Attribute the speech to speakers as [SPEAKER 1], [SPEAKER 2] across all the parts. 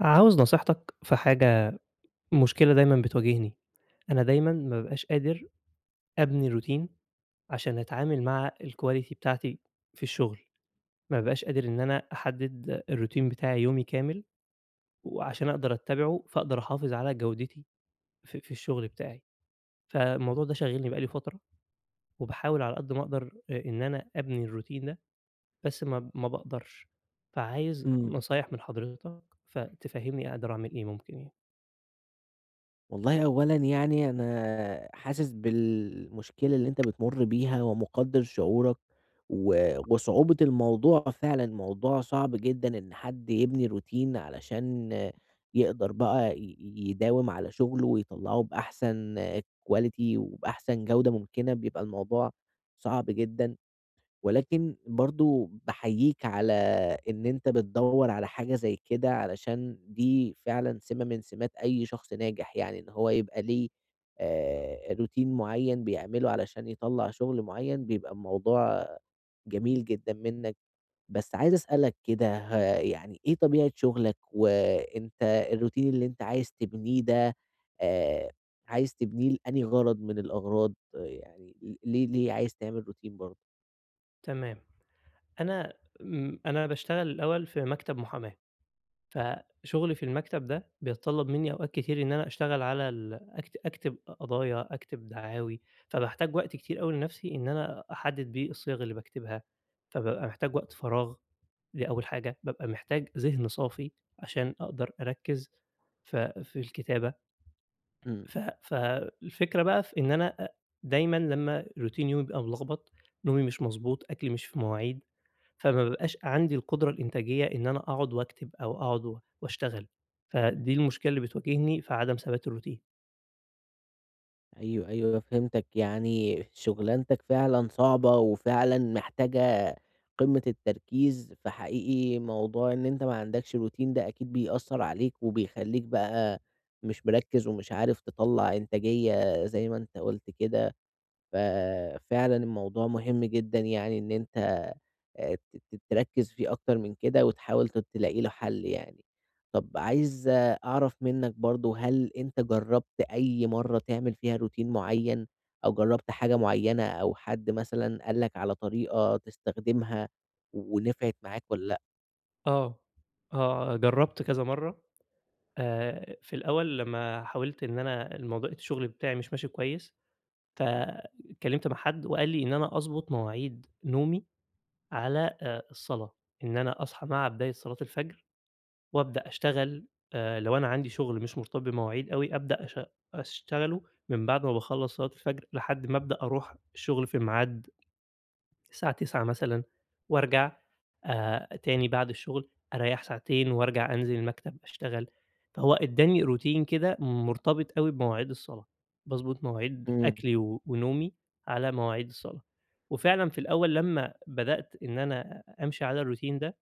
[SPEAKER 1] عاوز نصيحتك في حاجة مشكلة دايمًا بتواجهني، أنا دايمًا ما بابقاش قادر أبني روتين عشان أتعامل مع الquality بتاعتي في الشغل، ما بابقاش قادر إن أنا أحدد الروتين بتاعي يومي كامل، وعشان أقدر أتبعه فاقدر أحافظ على جودتي في الشغل بتاعي، فالموضوع ده شاغلني بقى لي فترة، وباحاول على قد ما أقدر إن أنا أبني الروتين ده، بس ما باقدرش، فعايز
[SPEAKER 2] إمم.
[SPEAKER 1] نصايح من حضرتك فتفهمني أقدر أعمل إيه ممكن يعني؟
[SPEAKER 2] والله أولًا يعني أنا حاسس بالمشكلة اللي أنت بتمُر بيها ومُقدّر شعورك و وصعوبة الموضوع فعلًا، موضوع صعب جدًا إن حد يبني روتين علشان يقدر بقى يداوم على شُغله ويطلّعه بأحسن quality وبأحسن جودة ممكنة، بيبقى الموضوع صعب جدًا. ولكن برضه باحييك على إن أنت بتدوّر على حاجة زي كده، علشان دي فعلًا سِمة من سمات أي شخص ناجح يعني، إن هو يبقى ليه routine معيّن بيعمله علشان يطلّع شغل معيّن، بيبقى الموضوع جميل جدًا منّك. بس عايز أسألك كده يعني إيه طبيعة شغلك، وأنت الroutine اللي أنت عايز تبنيه ده آآ عايز تبنيه لأنهي غرض من الأغراض، آه، يعني ل ليه ليه عايز تعمل routine برضه؟
[SPEAKER 1] تمام. أنا أنا باشتغل الأول في مكتب محاماة، فشغلي في المكتب ده بيتطلب مني أوقات كتير إن أنا أشتغل على ال أكت أكتب قضايا، أكتب دعاوي، فباحتاج وقت كتير أوي لنفسي إن أنا أحدد بيه الصيغ اللي باكتبها، فبابقى محتاج وقت فراغ، دي أول حاجة، بابقى محتاج ذهن صافي عشان أقدر أركز ف في الكتابة،
[SPEAKER 2] إمم.
[SPEAKER 1] فالفكرة بقى في إن أنا دايمًا لمّا روتين يومي بيبقى ملخبط، نومي مش مضبوط، أكلي مش في مواعيد، فما بيبقاش عندي القدرة الإنتاجية إن أنا أقعد وأكتب أو أقعد وأشتغل، فدي المشكلة اللي بتواجهني في عدم ثبات الروتين.
[SPEAKER 2] أيوه، أيوه فهمتك، يعني شُغلانتك فعلًا صعبة وفعلًا محتاجة قمة التركيز، فحقيقي موضوع إن أنت ما عندكش routine ده أكيد بيأثّر عليك وبيخلّيك بقى مش مركّز ومش عارف تطلّع إنتاجية زي ما أنت قُلت كده ففعلًا الموضوع مهم جدًا يعني إن أنت ت ت تركّز فيه أكتر من كده وتحاول تلاقي له حل يعني. طب عايز آه، أعرف منّك برضه هل أنت جرّبت أي مرّة تعمل فيها routine معيّن أو جرّبت حاجة معيّنة أو حد مثلًا قال لك على طريقة تستخدمها ونفعت معاك والّا لأ؟
[SPEAKER 1] آه، آه، جرّبت كذا مرّة في الأول لمّا حاولت إن أنا الموضوع الشغل بتاعي مش ماشي كويس، فاتكلمت مع حد وقال لي إن أنا أضبط مواعيد نومي على الصلاة، إن أنا أصحى مع بداية صلاة الفجر وأبدأ أشتغل لو أنا عندي شغل مش مرتبط بمواعيد أوي، أبدأ أش أشتغله من بعد ما باخلّص صلاة الفجر لحد ما أبدأ أروح الشغل في ميعاد الساعة 09:00 مثلًا وأرجع تاني بعد الشغل، أريّح ساعتين وأرجع أنزل المكتب أشتغل، فهو ادّاني routine كده مرتبط أوي بمواعيد الصلاة، باضبط مواعيد
[SPEAKER 2] إمم،
[SPEAKER 1] أكلي ونومي على مواعيد الصلاة، وفعلًا في الأول لمّا بدأت إن أنا أمشي على الroutine ده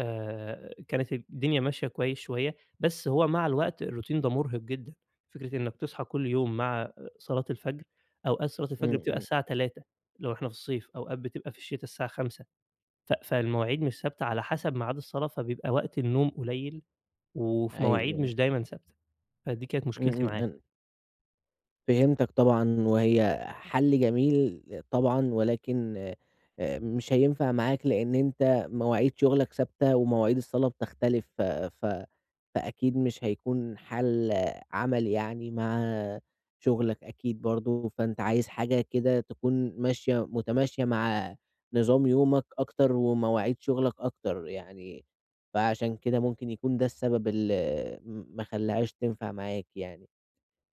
[SPEAKER 1] كانت الدنيا ماشية كويس شوية، بس هو مع الوقت الروتين ده مُرهق جدًا، فكرة إنك تصحى كل يوم مع صلاة الفجر، أوقات صلاة الفجر
[SPEAKER 2] إمم،
[SPEAKER 1] بتبقى
[SPEAKER 2] إمم.
[SPEAKER 1] الساعة 15:00 لو إحنا في الصيف، أوقات بتبقى في الشتا الساعة 17:00. فالمواعيد مش ثابتة على حسب ميعاد الصلاة، فبيبقى وقت النوم قليل، وفي مواعيد مش
[SPEAKER 2] أيوه.
[SPEAKER 1] دايمًا ثابتة، فدي كانت
[SPEAKER 2] إمم،
[SPEAKER 1] مشكلتي
[SPEAKER 2] إمم.
[SPEAKER 1] معاه.
[SPEAKER 2] فهمتك طبعًا، وهي حل جميل طبعًا، ولكن مش هينفع معاك لإن أنت مواعيد شغلك ثابتة ومواعيد الصلاة بتختلف، ف ف فأكيد مش هيكون حل عملي يعني مع شغلك أكيد برضه، فأنت عايز حاجة كده تكون ماشية متماشية مع نظام يومك أكتر ومواعيد شغلك أكتر يعني، فعشان كده ممكن يكون ده السبب اللي ما خلّاهاش تنفع معاك يعني،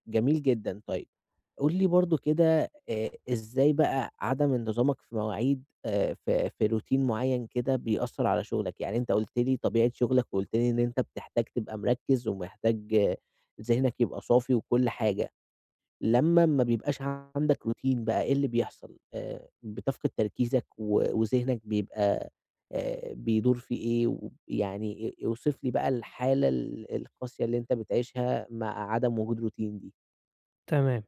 [SPEAKER 2] جميل جدًا طيب. قُل لي برضه كده إزاي بقى عدم انتظامك في مواعيد في روتين معيّن كده بيأثّر على شغلك؟ يعني أنت قُلت لي طبيعة شغلك وقُلت لي إن أنت بتحتاج تبقى مركّز ومحتاج آه، ذهنك يبقى صافي وكل حاجة، لمّا ما بيبقاش عندك روتين بقى إيه اللي بيحصل؟ بتفقد تركيزك وذهنك بيبقى بيدور في إيه؟ ويعني اوصف لي بقى الحالة القاسية اللي أنت بتعيشها مع عدم وجود روتين دي.
[SPEAKER 1] تمام،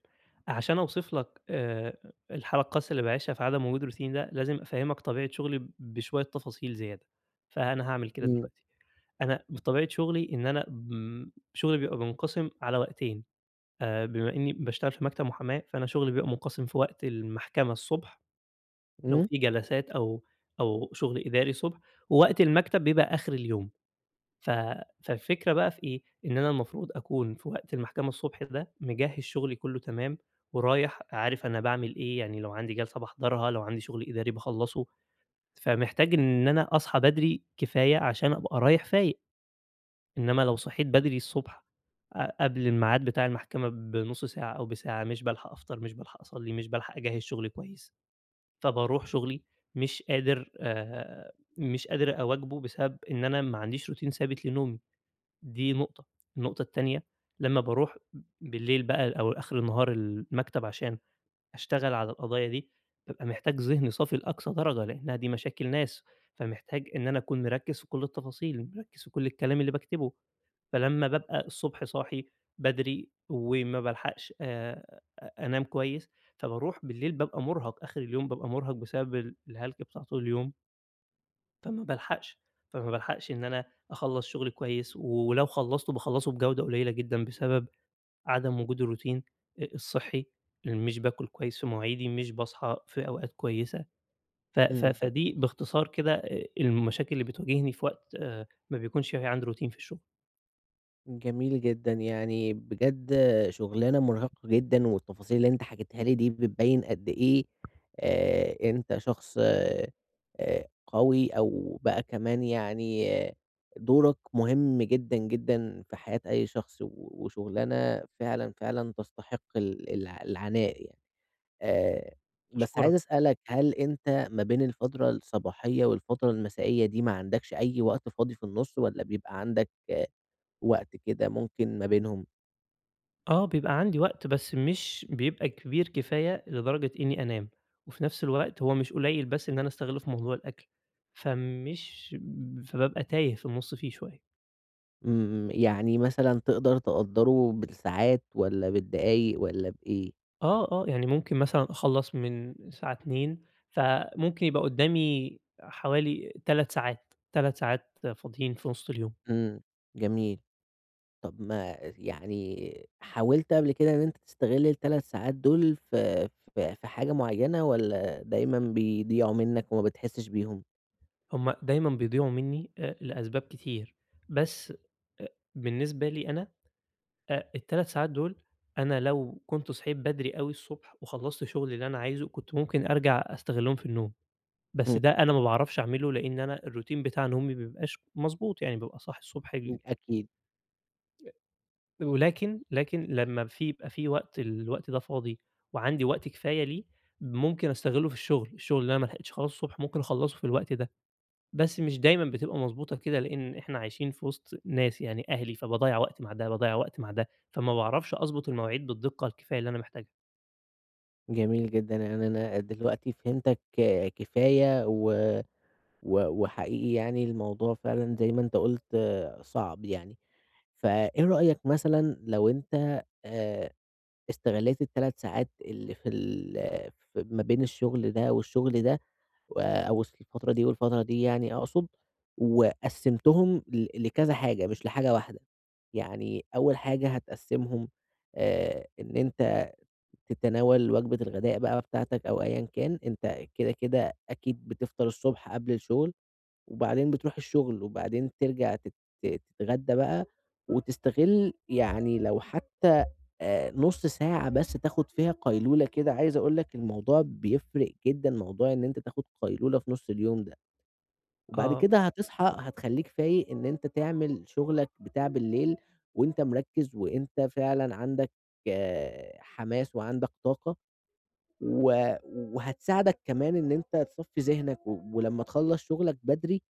[SPEAKER 1] عشان أوصف لك الحالة القاسية اللي باعيشها في عدم وجود روتين ده، لازم أفهّمك طبيعة شغلي بشوية تفاصيل زيادة، فأنا هاعمل كده
[SPEAKER 2] إمم،
[SPEAKER 1] دلوقتي. أنا بطبيعة شغلي إن أنا م شغلي بيبقى منقسم على وقتين، بما إني باشتغل في مكتب محاماة، فأنا شغلي بيبقى منقسم في وقت المحكمة الصبح، لو
[SPEAKER 2] إمم،
[SPEAKER 1] في جلسات أو شغل إداري الصبح، ووقت المكتب بيبقى آخر اليوم. ف فالفكرة بقى في إيه، إن أنا المفروض أكون في وقت المحكمة الصبح ده مجهّز شغلي كلّه تمام، ورايح عارف أنا باعمل إيه، يعني لو عندي جلسة باحضرها، لو عندي شغل إداري باخلّصه، فمحتاج إن أنا أصحى بدري كفاية عشان أبقى رايح فايق. إنما لو صحيت بدري الصبح قبل الميعاد بتاع المحكمة بنُص ساعة أو بساعة، مش بالحق أفطر، مش بالحق أصلّي، مش بالحق أجهّز شغلي كويس، فباروح شغلي مش قادر آآ، مش قادر أواكبه بسبب إن أنا ما عنديش روتين ثابت لنومي، دي نقطة. النقطة التانية، لمّا باروح بالليل بقى أو آخر النهار المكتب عشان أشتغل على القضايا دي، بابقى محتاج ذهن صافي لأقصى درجة، لإنها دي مشاكل ناس، فمحتاج إن أنا أكون مركّز في كل التفاصيل، مركّز في كل الكلام اللي باكتبه. فلمّا بابقى الصبح صاحي بدري وما بالحقش أنام كويس، فباروح بالليل بابقى مرهق، آخر اليوم بابقى مرهق بسبب الهلك بتاع طول اليوم، فما بالحقش، فما بالحقش إن أنا أخلّص شغلي كويس، ولو خلّصته باخلّصه بجودة قليلة جدًا بسبب عدم وجود الروتين الصحّي، مش باكل كويس في مواعيدي، مش باصحى في أوقات كويسة، ف ف
[SPEAKER 2] إمم.
[SPEAKER 1] فدي باختصار كده المشاكل اللي بتواجهني في وقت ما بيكونش في عندي روتين في الشغل.
[SPEAKER 2] جميل جدًا، يعني بجد شغلانة مرهقة جدًا، والتفاصيل اللي أنت حكيتها لي دي بتبين قد إيه أنت شخص قوي أو بقى كمان يعني آه دورك مهم جدًا، جدًا في حياة أي شخص، وشغلانة فعلًا، فعلًا تستحق ال الع العناء يعني. آآ، بس عايز
[SPEAKER 1] أشكرك.
[SPEAKER 2] أسألك هل أنت ما بين الفترة الصباحية والفترة المسائية دي ما عندكش أي وقت فاضي في النُص والّا بيبقى عندك آه وقت كده ممكن ما بينهم؟
[SPEAKER 1] آه، بيبقى عندي وقت، بس مش بيبقى كبير كفاية لدرجة إني أنام، وفي نفس الوقت هو مش قليل بس إن أنا أستغله في موضوع الأكل، فمش فبابقى تايه في النُص فيه شوية.
[SPEAKER 2] يعني مثلًا تقدر تقدّره بالساعات والّا بالدقايق والّا بإيه؟
[SPEAKER 1] آه، آه، يعني ممكن مثلًا أخلّص من الساعة 14:00، فممكن يبقى قدّامي حوالي 3 ساعات، 3 ساعات فاضيين في نُص اليوم،
[SPEAKER 2] امم، جميل. طب ما يعني حاولت قبل كده إن أنت تستغل ال3 ساعات دول في في حاجة معيّنة والّا دايمًا بيضيعوا منّك وما بتحسّش بيهم؟
[SPEAKER 1] هُم دايمًا بيضيعوا منّي لأسباب كتير، بس أ بالنسبة لي أنا ال3 ساعات دول أنا لو كنت صحيت بدري أوي الصبح وخلّصت شغلي اللي أنا عايزه، كنت ممكن أرجع أستغلّهم في النوم، بس ده أنا ما باعرفش أعمله لإن أنا الroutine بتاع نومي ما بيبقاش مضبوط، يعني بابقى صاحي الصبح.
[SPEAKER 2] أكيد.
[SPEAKER 1] لكن لمّا في يبقى في وقت الوقت ده فاضي وعندي وقت كفاية ليه، ممكن أستغلّه في الشغل، الشغل اللي أنا ما لحقتش أخلّصه الصبح ممكن أخلّصه في الوقت ده. بس مش دايمًا بتبقى مضبوطة كده، لإن إحنا عايشين في وسط ناس يعني أهلي، فباضيّع وقت مع ده، باضيّع وقت مع ده، فما باعرفش أضبط المواعيد بالدقة الكفاية اللي أنا محتاجها.
[SPEAKER 2] جميل جدًا. يعني أنا دلوقتي فهمتك كفاية و و وحقيقي يعني الموضوع فعلًا زي ما أنت قُلت صعب يعني. فإيه رأيك مثلًا لو أنت استغلّيت ال3 ساعات اللي في ما بين الشغل ده والشغل ده و أو الس الفترة دي والفترة دي يعني أقصد، وقسّمتهم لكذا حاجة مش لحاجة واحدة، يعني أول حاجة هتقسّمهم إن أنت تتناول وجبة الغداء بقى بتاعتك أو أيًا كان، أنت كده، كده أكيد بتفطر الصبح قبل الشغل وبعدين بتروح الشغل، وبعدين ترجع تتغدى بقى، وتستغل يعني لو حتى نُص ساعة بس تاخد فيها قيلولة كده، عايز أقول لك الموضوع بيفرق جدًا موضوع إن أنت تاخد قيلولة في نُص اليوم ده، وبعد
[SPEAKER 1] آه،
[SPEAKER 2] كده هتصحى هتخلّيك فايق إن أنت تعمل شغلك بتاع بالليل وأنت مركّز وأنت فعلًا عندك آه، حماس وعندك طاقة. وهتساعدك كمان إن أنت تصفّي ذهنك، ولمّا تخلّص شغلك بدري،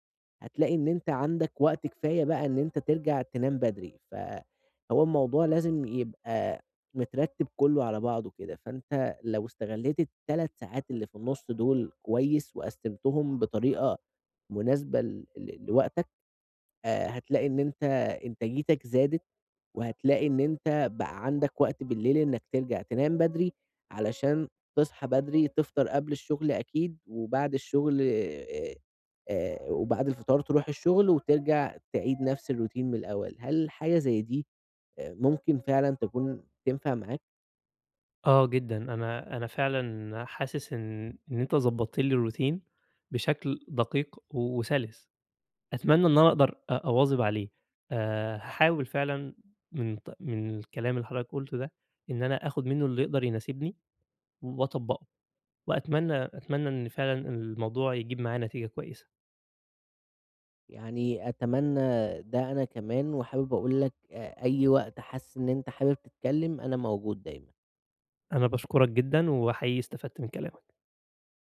[SPEAKER 2] هتلاقي إن أنت عندك وقت كفاية بقى إن أنت ترجع تنام بدري، فهو الموضوع لازم يبقى مترتّب كلّه على بعضه كده، فأنت لو استغلّيت ال3 ساعات اللي في النُص دول كويس وقسّمتهم بطريقة مناسبة ل ل لوقتك هتلاقي إن أنت إنتاجيتك زادت، وهتلاقي إن أنت بقى عندك وقت بالليل إنك ترجع تنام بدري، علشان تصحى بدري تفطر قبل الشغل أكيد، وبعد الشغل وبعد الفطار تروح الشغل وترجع تعيد نفس الروتين من الأول. هل حاجة زي دي ممكن فعلًا تكون تنفع معاك؟
[SPEAKER 1] آه جدًا، أنا فعلًا حاسس إن أنت ضبطت لي الروتين بشكل دقيق و- وسَلِس، أتمنى إن أنا أقدر أواظب عليه. هاحاول فعلًا من الكلام اللي حضرتك قُلته ده، إن أنا آخُد منه اللي يقدر يناسبني وأطبّقه، وأتمنى إن فعلًا الموضوع يجيب معايا نتيجة كويسة.
[SPEAKER 2] يعني أتمنى ده أنا كمان، وحابب أقول لك أي وقت حاسس إن أنت حابب تتكلم أنا موجود دايمًا.
[SPEAKER 1] أنا باشكرك جدًا، وحقيقي استفدت من كلامك.